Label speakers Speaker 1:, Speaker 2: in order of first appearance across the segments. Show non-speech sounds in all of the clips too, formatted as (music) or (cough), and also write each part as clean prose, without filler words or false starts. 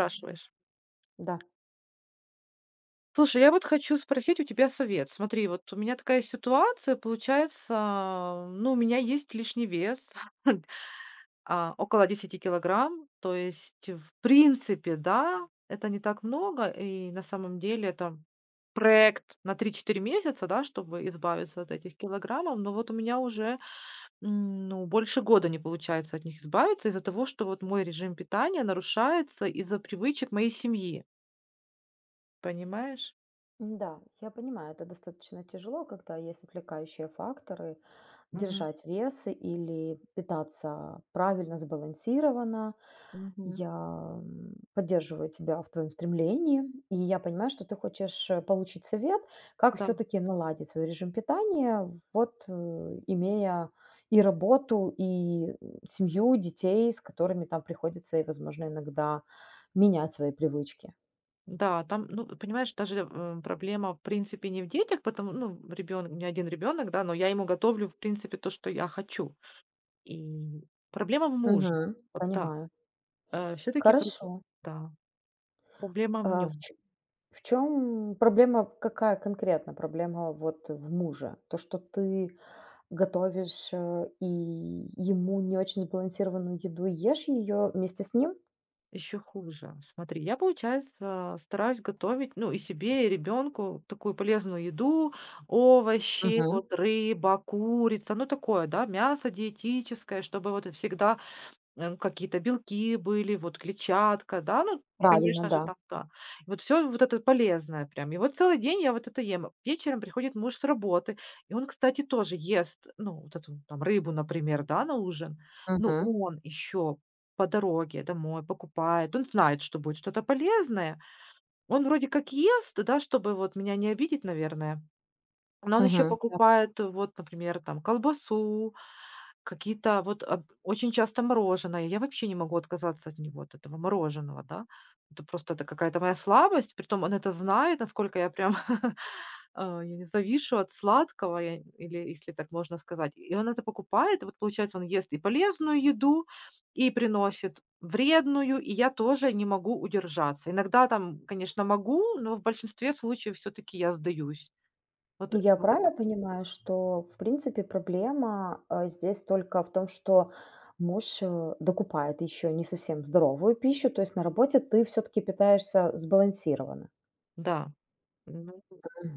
Speaker 1: Спрашиваешь.
Speaker 2: Да,
Speaker 1: Слушай, я вот хочу спросить у тебя совет. Смотри, вот у меня такая ситуация, получается, ну, у меня есть лишний вес, (laughs) около 10 килограмм, то есть, в принципе, да, это не так много, и на самом деле это проект на 3-4 месяца, да, чтобы избавиться от этих килограммов, но вот у меня уже, ну, больше года не получается от них избавиться из-за того, что вот мой режим питания нарушается из-за привычек моей семьи, понимаешь?
Speaker 2: да, я понимаю, это достаточно тяжело, когда есть отвлекающие факторы,
Speaker 1: Мгм.
Speaker 2: держать вес или питаться правильно, сбалансированно.
Speaker 1: Мгм.
Speaker 2: Я поддерживаю тебя в твоем стремлении, и я понимаю, что ты хочешь получить совет, как
Speaker 1: Да,
Speaker 2: все-таки наладить свой режим питания, имея и работу, и семью, детей, с которыми там приходится и, возможно, иногда менять свои привычки.
Speaker 1: да, там, ну, понимаешь, даже, проблема, в принципе, не в детях, потому ну, ребенок у меня 1 ребёнок, да, но я ему готовлю, в принципе, то, что я хочу. И проблема в муже.
Speaker 2: Мгм.
Speaker 1: Вот так.
Speaker 2: Понимаю.
Speaker 1: Все таки,
Speaker 2: Хорошо.
Speaker 1: да, проблема в
Speaker 2: А в
Speaker 1: нем
Speaker 2: ч в чём проблема? Какая конкретно проблема вот в муже? То, что ты готовишь, и ему не очень сбалансированную еду, и ешь ее вместе с ним?
Speaker 1: еще хуже. Смотри, я, получается, стараюсь готовить, ну, и себе, и ребенку такую полезную еду, овощи,
Speaker 2: Мгм.
Speaker 1: вот рыба, курица, ну, такое, да, мясо диетическое, чтобы вот всегда какие-то белки были, вот клетчатка, да, ну,
Speaker 2: Правильно,
Speaker 1: конечно же,
Speaker 2: да.
Speaker 1: там, да. Вот все, вот это полезное прям. И вот целый день я вот это ем. Вечером приходит муж с работы, и он, кстати, тоже ест, ну, вот эту там рыбу, например, да, на ужин. Ну
Speaker 2: Мгм.
Speaker 1: он еще по дороге домой покупает. Он знает, что будет что-то полезное. Он вроде как ест, да, чтобы вот меня не обидеть, наверное. Но он еще
Speaker 2: Мгм. Да.
Speaker 1: покупает вот, например, там колбасу, какие-то вот, очень часто мороженое. Я вообще не могу отказаться от него, от этого мороженого, да. Это просто это какая-то моя слабость. Притом он это знает, насколько я прям, (laughs) я не завишу от сладкого, я или если так можно сказать. И он это покупает, и вот получается, он ест и полезную еду, и приносит вредную, и я тоже не могу удержаться. Иногда там, конечно, могу, но в большинстве случаев все таки я сдаюсь. Вот
Speaker 2: Я
Speaker 1: вот это
Speaker 2: правильно понимаю, что в принципе проблема, здесь только в том, что муж, докупает еще не совсем здоровую пищу, то есть на работе ты все таки питаешься сбалансированно?
Speaker 1: да. Ну,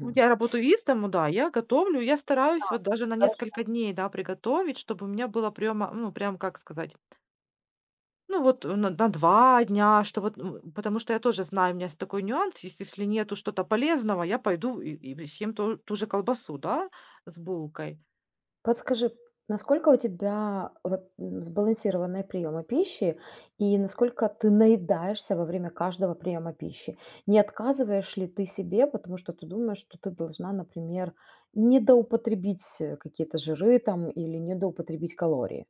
Speaker 1: ну, я работаю из дому, да, я готовлю, я стараюсь вот
Speaker 2: Да.
Speaker 1: даже на несколько дней, да, приготовить, чтобы у меня было прямо, ну, прям, как сказать, ну, вот на, 2 дня, что вот, м, потому что я тоже знаю, у меня есть такой нюанс, если нету что-то полезного, я пойду и съем ту же колбасу, да, с булкой.
Speaker 2: Подскажи, насколько у тебя вот, сбалансированные приемы пищи и насколько ты наедаешься во время каждого приема пищи? Не отказываешь ли ты себе, потому что ты думаешь, что ты должна, например, недоупотребить какие-то жиры там или недоупотребить калории?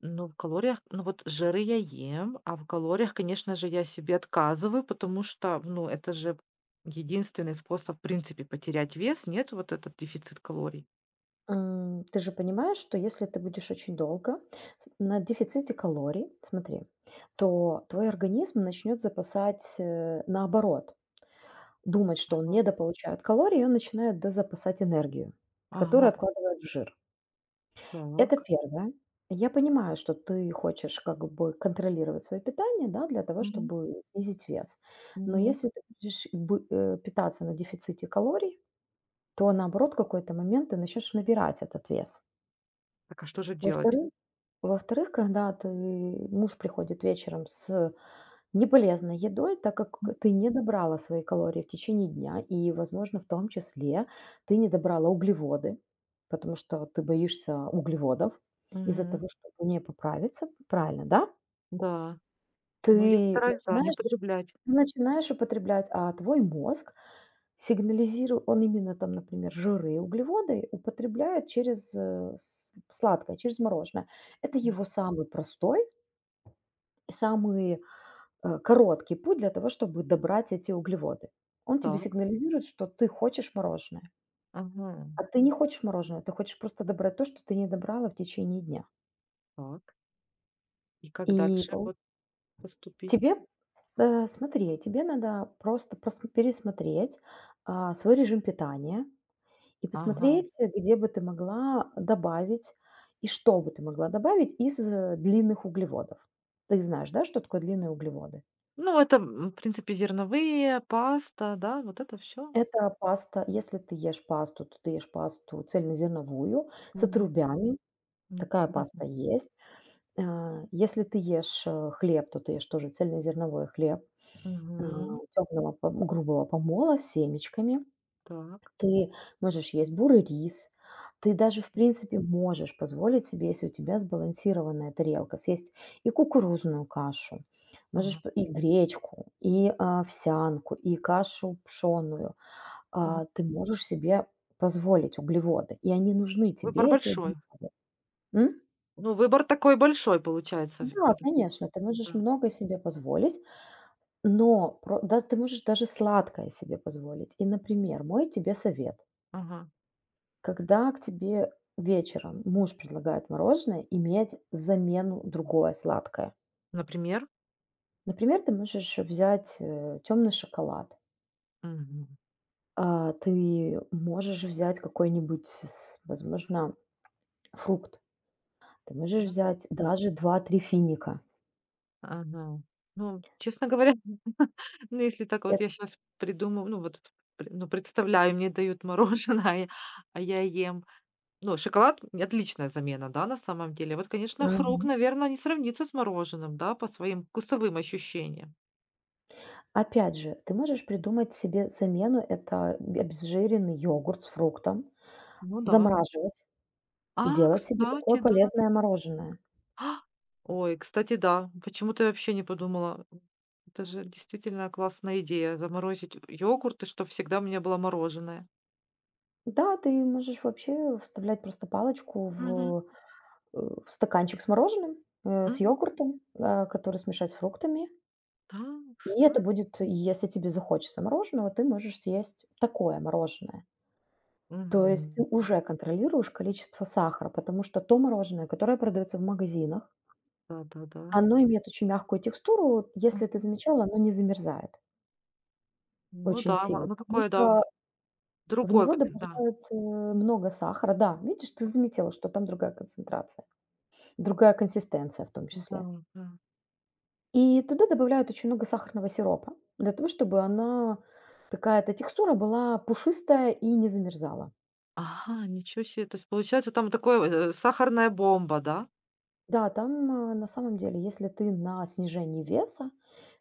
Speaker 1: Но в калориях, ну вот жиры я ем, а в калориях, конечно же, я себе отказываю, потому что, ну, это же единственный способ, в принципе, потерять вес, нет, вот этот дефицит калорий.
Speaker 2: Ты же понимаешь, что если ты будешь очень долго на дефиците калорий, смотри, то твой организм начнет запасать наоборот. Думать, что он недополучает калорий, и он начинает дозапасать энергию, которую
Speaker 1: Ага,
Speaker 2: откладывает в жир. Это
Speaker 1: так.
Speaker 2: первое. Я понимаю, что ты хочешь как бы контролировать свое питание, да, для того,
Speaker 1: Мгм.
Speaker 2: чтобы снизить вес. Но
Speaker 1: Мгм.
Speaker 2: если ты будешь питаться на дефиците калорий, то наоборот, в какой-то момент ты начнешь набирать этот вес.
Speaker 1: Так, а что же делать?
Speaker 2: Во-вторых, когда ты муж приходит вечером с не полезной едой, так
Speaker 1: М,
Speaker 2: как ты не добрала свои калории в течение дня и, возможно, в том числе ты не добрала углеводы, потому что ты боишься углеводов из-за
Speaker 1: мгм.
Speaker 2: того, чтобы не поправиться, правильно, да?
Speaker 1: Да.
Speaker 2: Ты
Speaker 1: Ну, я стараюсь, да, не
Speaker 2: начинаешь
Speaker 1: употреблять.
Speaker 2: начинаешь употреблять, а твой мозг сигнализирует, он именно там, например, жиры и углеводы употребляет через сладкое, через мороженое. Это
Speaker 1: М,
Speaker 2: его самый простой, самый короткий путь для того, чтобы добрать эти углеводы. Он тебе
Speaker 1: так.
Speaker 2: сигнализирует, что ты хочешь мороженое,
Speaker 1: Ага.
Speaker 2: а ты не хочешь мороженое, ты хочешь просто добрать то, что ты не добрала в течение дня.
Speaker 1: Так. И
Speaker 2: И
Speaker 1: как дальше
Speaker 2: пол-
Speaker 1: вот поступить?
Speaker 2: тебе, смотри, тебе надо просто пересмотреть свой режим питания и
Speaker 1: Ага.
Speaker 2: посмотреть, где бы ты могла добавить и что бы ты могла добавить из длинных углеводов. Ты знаешь, да, что такое длинные углеводы?
Speaker 1: Ну, это, в принципе, зерновые, паста, да, вот это все.
Speaker 2: Это паста. Если ты ешь пасту, то ты ешь пасту цельнозерновую с
Speaker 1: Мгм.
Speaker 2: отрубями.
Speaker 1: М,
Speaker 2: Такая
Speaker 1: мгм.
Speaker 2: паста есть. А, если ты ешь, хлеб, то ты ешь тоже цельнозерновой хлеб,
Speaker 1: Мгм.
Speaker 2: темного грубого помола с семечками.
Speaker 1: Так.
Speaker 2: Ты можешь есть бурый рис. Ты даже, в принципе, можешь позволить себе, если у тебя сбалансированная тарелка, съесть и кукурузную кашу, можешь
Speaker 1: Ага.
Speaker 2: п и гречку, и овсянку, и кашу пшённую,
Speaker 1: Ага.
Speaker 2: ты можешь себе позволить углеводы, и они
Speaker 1: То
Speaker 2: нужны
Speaker 1: есть выбор
Speaker 2: тебе, эти
Speaker 1: большой.
Speaker 2: углеводы. М?
Speaker 1: Ну, выбор такой большой получается в
Speaker 2: Да,
Speaker 1: вот этих,
Speaker 2: конечно, ты можешь
Speaker 1: да.
Speaker 2: много себе позволить, но ты можешь даже сладкое себе позволить. И, например, мой тебе совет:
Speaker 1: Ага.
Speaker 2: когда к тебе вечером муж предлагает мороженое, иметь замену другое сладкое.
Speaker 1: Например?
Speaker 2: Например, ты можешь взять, темный шоколад,
Speaker 1: Мгм.
Speaker 2: ты можешь взять какой-нибудь с возможно, фрукт. Ты можешь взять даже два-три финика.
Speaker 1: Ага. Ну, честно говоря, (laughs) ну, если так вот
Speaker 2: Эт
Speaker 1: я сейчас придумаю, ну, вот, пр ну, представляю, мне дают мороженое, (laughs) а я ем. Ну, отличная замена, да, на самом деле. Вот, конечно, фрукт,
Speaker 2: мгм.
Speaker 1: наверное не сравнится с мороженым, да, по своим вкусовым ощущениям.
Speaker 2: Опять же, ты можешь придумать себе замену. Это б обезжиренный йогурт с фруктом,
Speaker 1: Ну да.
Speaker 2: замораживать
Speaker 1: А,
Speaker 2: и делать себе такое
Speaker 1: кстати, да.
Speaker 2: полезное мороженое.
Speaker 1: А, Ой, кстати, да. Почему-то я вообще не подумала. Это же действительно классная идея- заморозить йогурт, и чтоб всегда у меня было мороженое.
Speaker 2: Да, ты можешь вообще вставлять просто палочку
Speaker 1: Мгм.
Speaker 2: в, э, в стаканчик с мороженым, с
Speaker 1: Мгм.
Speaker 2: йогуртом, который смешать с фруктами.
Speaker 1: Да,
Speaker 2: И
Speaker 1: кста
Speaker 2: это будет, если тебе захочется мороженого, ты можешь съесть такое мороженое. То есть ты
Speaker 1: Мгм.
Speaker 2: уже контролируешь количество сахара, потому что то мороженое, которое продается в магазинах,
Speaker 1: Да-да-да.
Speaker 2: оно имеет очень мягкую текстуру. Вот если ты
Speaker 1: Мгм.
Speaker 2: замечала, оно не замерзает
Speaker 1: Ну
Speaker 2: очень
Speaker 1: да, ма
Speaker 2: сильно,
Speaker 1: ну
Speaker 2: потому
Speaker 1: такое, да,
Speaker 2: что в
Speaker 1: другой
Speaker 2: него
Speaker 1: конце да.
Speaker 2: добавляют, много сахара. Да, видишь, ты заметила, что там другая концентрация, другая консистенция в том
Speaker 1: Да,
Speaker 2: числе.
Speaker 1: да.
Speaker 2: И туда добавляют очень много сахарного сиропа для того, чтобы она, такая эта текстура была пушистая и не замерзала.
Speaker 1: Ага, ничего себе. То есть получается там такое, сахарная бомба, да?
Speaker 2: Да, там, на самом деле, если ты на снижении веса,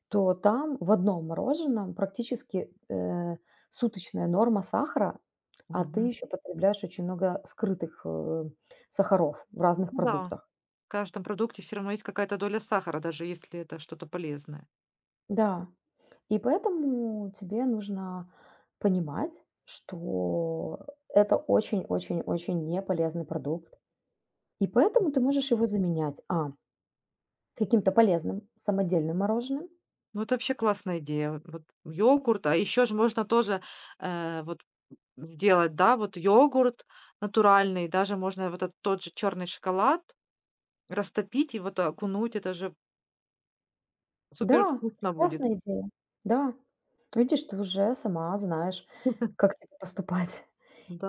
Speaker 2: то там в одном мороженом практически, суточная норма сахара, а ты
Speaker 1: Мгм.
Speaker 2: еще потребляешь очень много скрытых, сахаров в разных
Speaker 1: Ну да,
Speaker 2: продуктах.
Speaker 1: в каждом продукте все равно есть какая-то доля сахара, даже если это что-то полезное.
Speaker 2: Да, и поэтому тебе нужно понимать, что это очень-очень-очень неполезный продукт. И поэтому ты можешь его заменять: каким-то полезным самодельным мороженым.
Speaker 1: Ну, это вообще классная идея. Вот йогурт, а еще же можно тоже, вот сделать, да, вот йогурт натуральный, даже можно вот этот тот же черный шоколад растопить и вот окунуть. Это же супер
Speaker 2: Да,
Speaker 1: вкусно будет.
Speaker 2: прекрасная идея. Да. Видишь, ты уже сама знаешь, как тебе поступать.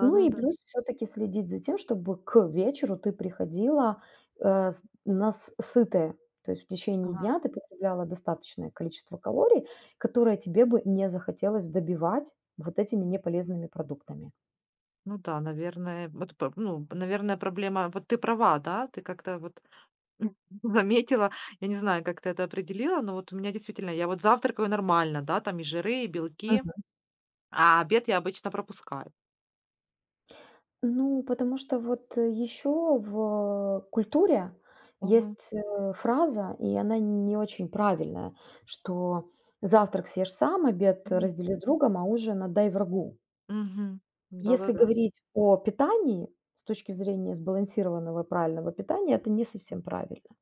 Speaker 2: Ну и плюс все таки следить за тем, чтобы к вечеру ты приходила, э, с на с сытая. То есть в течение
Speaker 1: Ага.
Speaker 2: дня ты потребляла достаточное количество калорий, которое тебе бы не захотелось добивать вот этими неполезными продуктами.
Speaker 1: Ну да, наверное, вот, п ну, наверное, проблема вот ты права, да, ты как-то вот (laughs) заметила. Я не знаю, как ты это определила, но вот у меня действительно, я вот завтракаю нормально, да, там и жиры, и белки,
Speaker 2: Мгм.
Speaker 1: а обед я обычно пропускаю.
Speaker 2: Ну, потому что вот еще в культуре
Speaker 1: Мгм.
Speaker 2: есть, фраза, и она не очень правильная, что завтрак съешь сам, обед
Speaker 1: Мгм.
Speaker 2: раздели с другом, а ужин отдай врагу.
Speaker 1: Мгм.
Speaker 2: Если
Speaker 1: Да-да-да.
Speaker 2: говорить о питании с точки зрения сбалансированного и правильного питания, это не совсем правильно.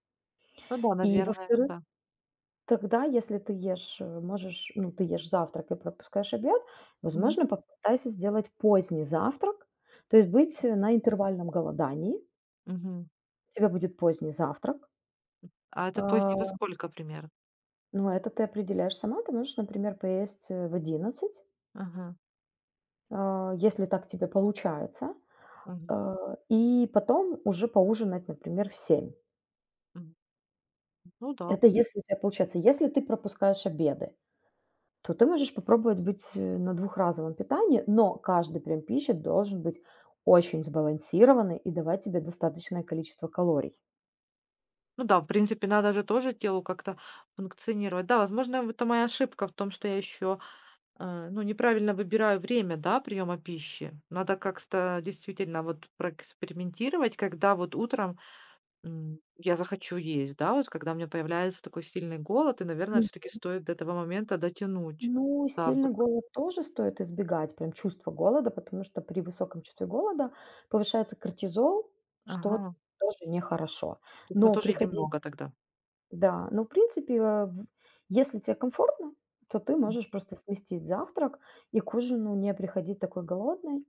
Speaker 1: Ну да,
Speaker 2: И,
Speaker 1: наверное,
Speaker 2: во-вторых,
Speaker 1: да.
Speaker 2: тогда, если ты ешь, можешь, ну, ты ешь завтрак и пропускаешь обед,
Speaker 1: Мгм.
Speaker 2: возможно, попытайся сделать поздний завтрак, то есть быть на интервальном голодании.
Speaker 1: Мгм.
Speaker 2: У тебя будет поздний завтрак.
Speaker 1: А это позднее во
Speaker 2: А,
Speaker 1: сколько примерно?
Speaker 2: ну, это ты определяешь сама. Ты можешь, например, поесть в 11,
Speaker 1: Ага.
Speaker 2: а, если так тебе получается,
Speaker 1: Мгм.
Speaker 2: а, и потом уже поужинать, например, в 7.
Speaker 1: Мгм. Ну да.
Speaker 2: Это если у тебя получается, если ты пропускаешь обеды, то ты можешь попробовать быть на двухразовом питании, но каждый прям пищи должен быть очень сбалансированный и давать тебе достаточное количество калорий.
Speaker 1: Ну да, в принципе, надо же тоже телу как-то функционировать. Да, возможно, это моя ошибка в том, что я еще ну, неправильно выбираю время, да, приема пищи. Надо как-то действительно вот проэкспериментировать, когда вот утром я захочу есть, да, вот когда у меня появляется такой сильный голод, и, наверное,
Speaker 2: М.
Speaker 1: все-таки стоит до этого момента дотянуть
Speaker 2: Ну, сильный
Speaker 1: завтрак.
Speaker 2: голод тоже стоит избегать, прям чувство голода, потому что при высоком чувстве голода повышается кортизол, что
Speaker 1: Ага.
Speaker 2: тоже нехорошо.
Speaker 1: То есть мы
Speaker 2: Но
Speaker 1: тоже едим
Speaker 2: приходить
Speaker 1: много тогда.
Speaker 2: Да, ну, в принципе, э, в если тебе комфортно, то ты
Speaker 1: М.
Speaker 2: можешь просто сместить завтрак и к ужину не приходить такой голодной.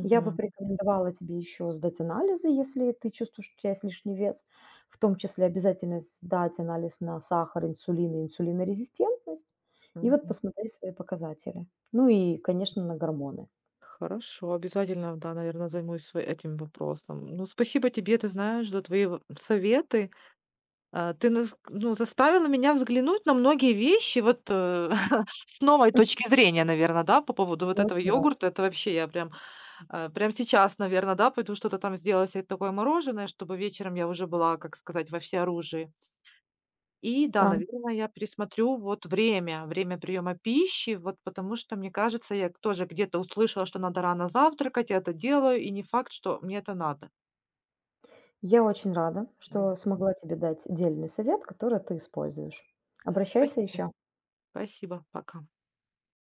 Speaker 2: Я бы порекомендовала тебе еще сдать анализы, если ты чувствуешь, что у тебя есть лишний вес, в том числе обязательно сдать анализ на сахар, инсулин и инсулинорезистентность, и вот
Speaker 1: Мгм.
Speaker 2: посмотреть свои показатели. Ну и, конечно, на гормоны.
Speaker 1: Хорошо, обязательно, да, наверное, займусь этим вопросом. Ну, спасибо тебе, ты знаешь, за твои советы. А, ты нас ну, заставила меня взглянуть на многие вещи вот, (laughs) с новой точки
Speaker 2: (laughs)
Speaker 1: зрения, наверное, да, по поводу
Speaker 2: Я
Speaker 1: вот этого
Speaker 2: очень рада.
Speaker 1: йогурта. Это вообще я прям, прям сейчас, наверное, да, пойду что-то там сделаю себе такое мороженое, чтобы вечером я уже была, как сказать, во всеоружии. И да,
Speaker 2: Да,
Speaker 1: наверное, я пересмотрю вот время, время приема пищи, вот потому что, мне кажется, я тоже где-то услышала, что надо рано завтракать, я это делаю, и не факт, что мне это надо.
Speaker 2: я очень рада,
Speaker 1: Ну,
Speaker 2: что смогла тебе дать дельный совет, который ты используешь. Обращайся
Speaker 1: спасибо.
Speaker 2: еще.
Speaker 1: Спасибо. Пока.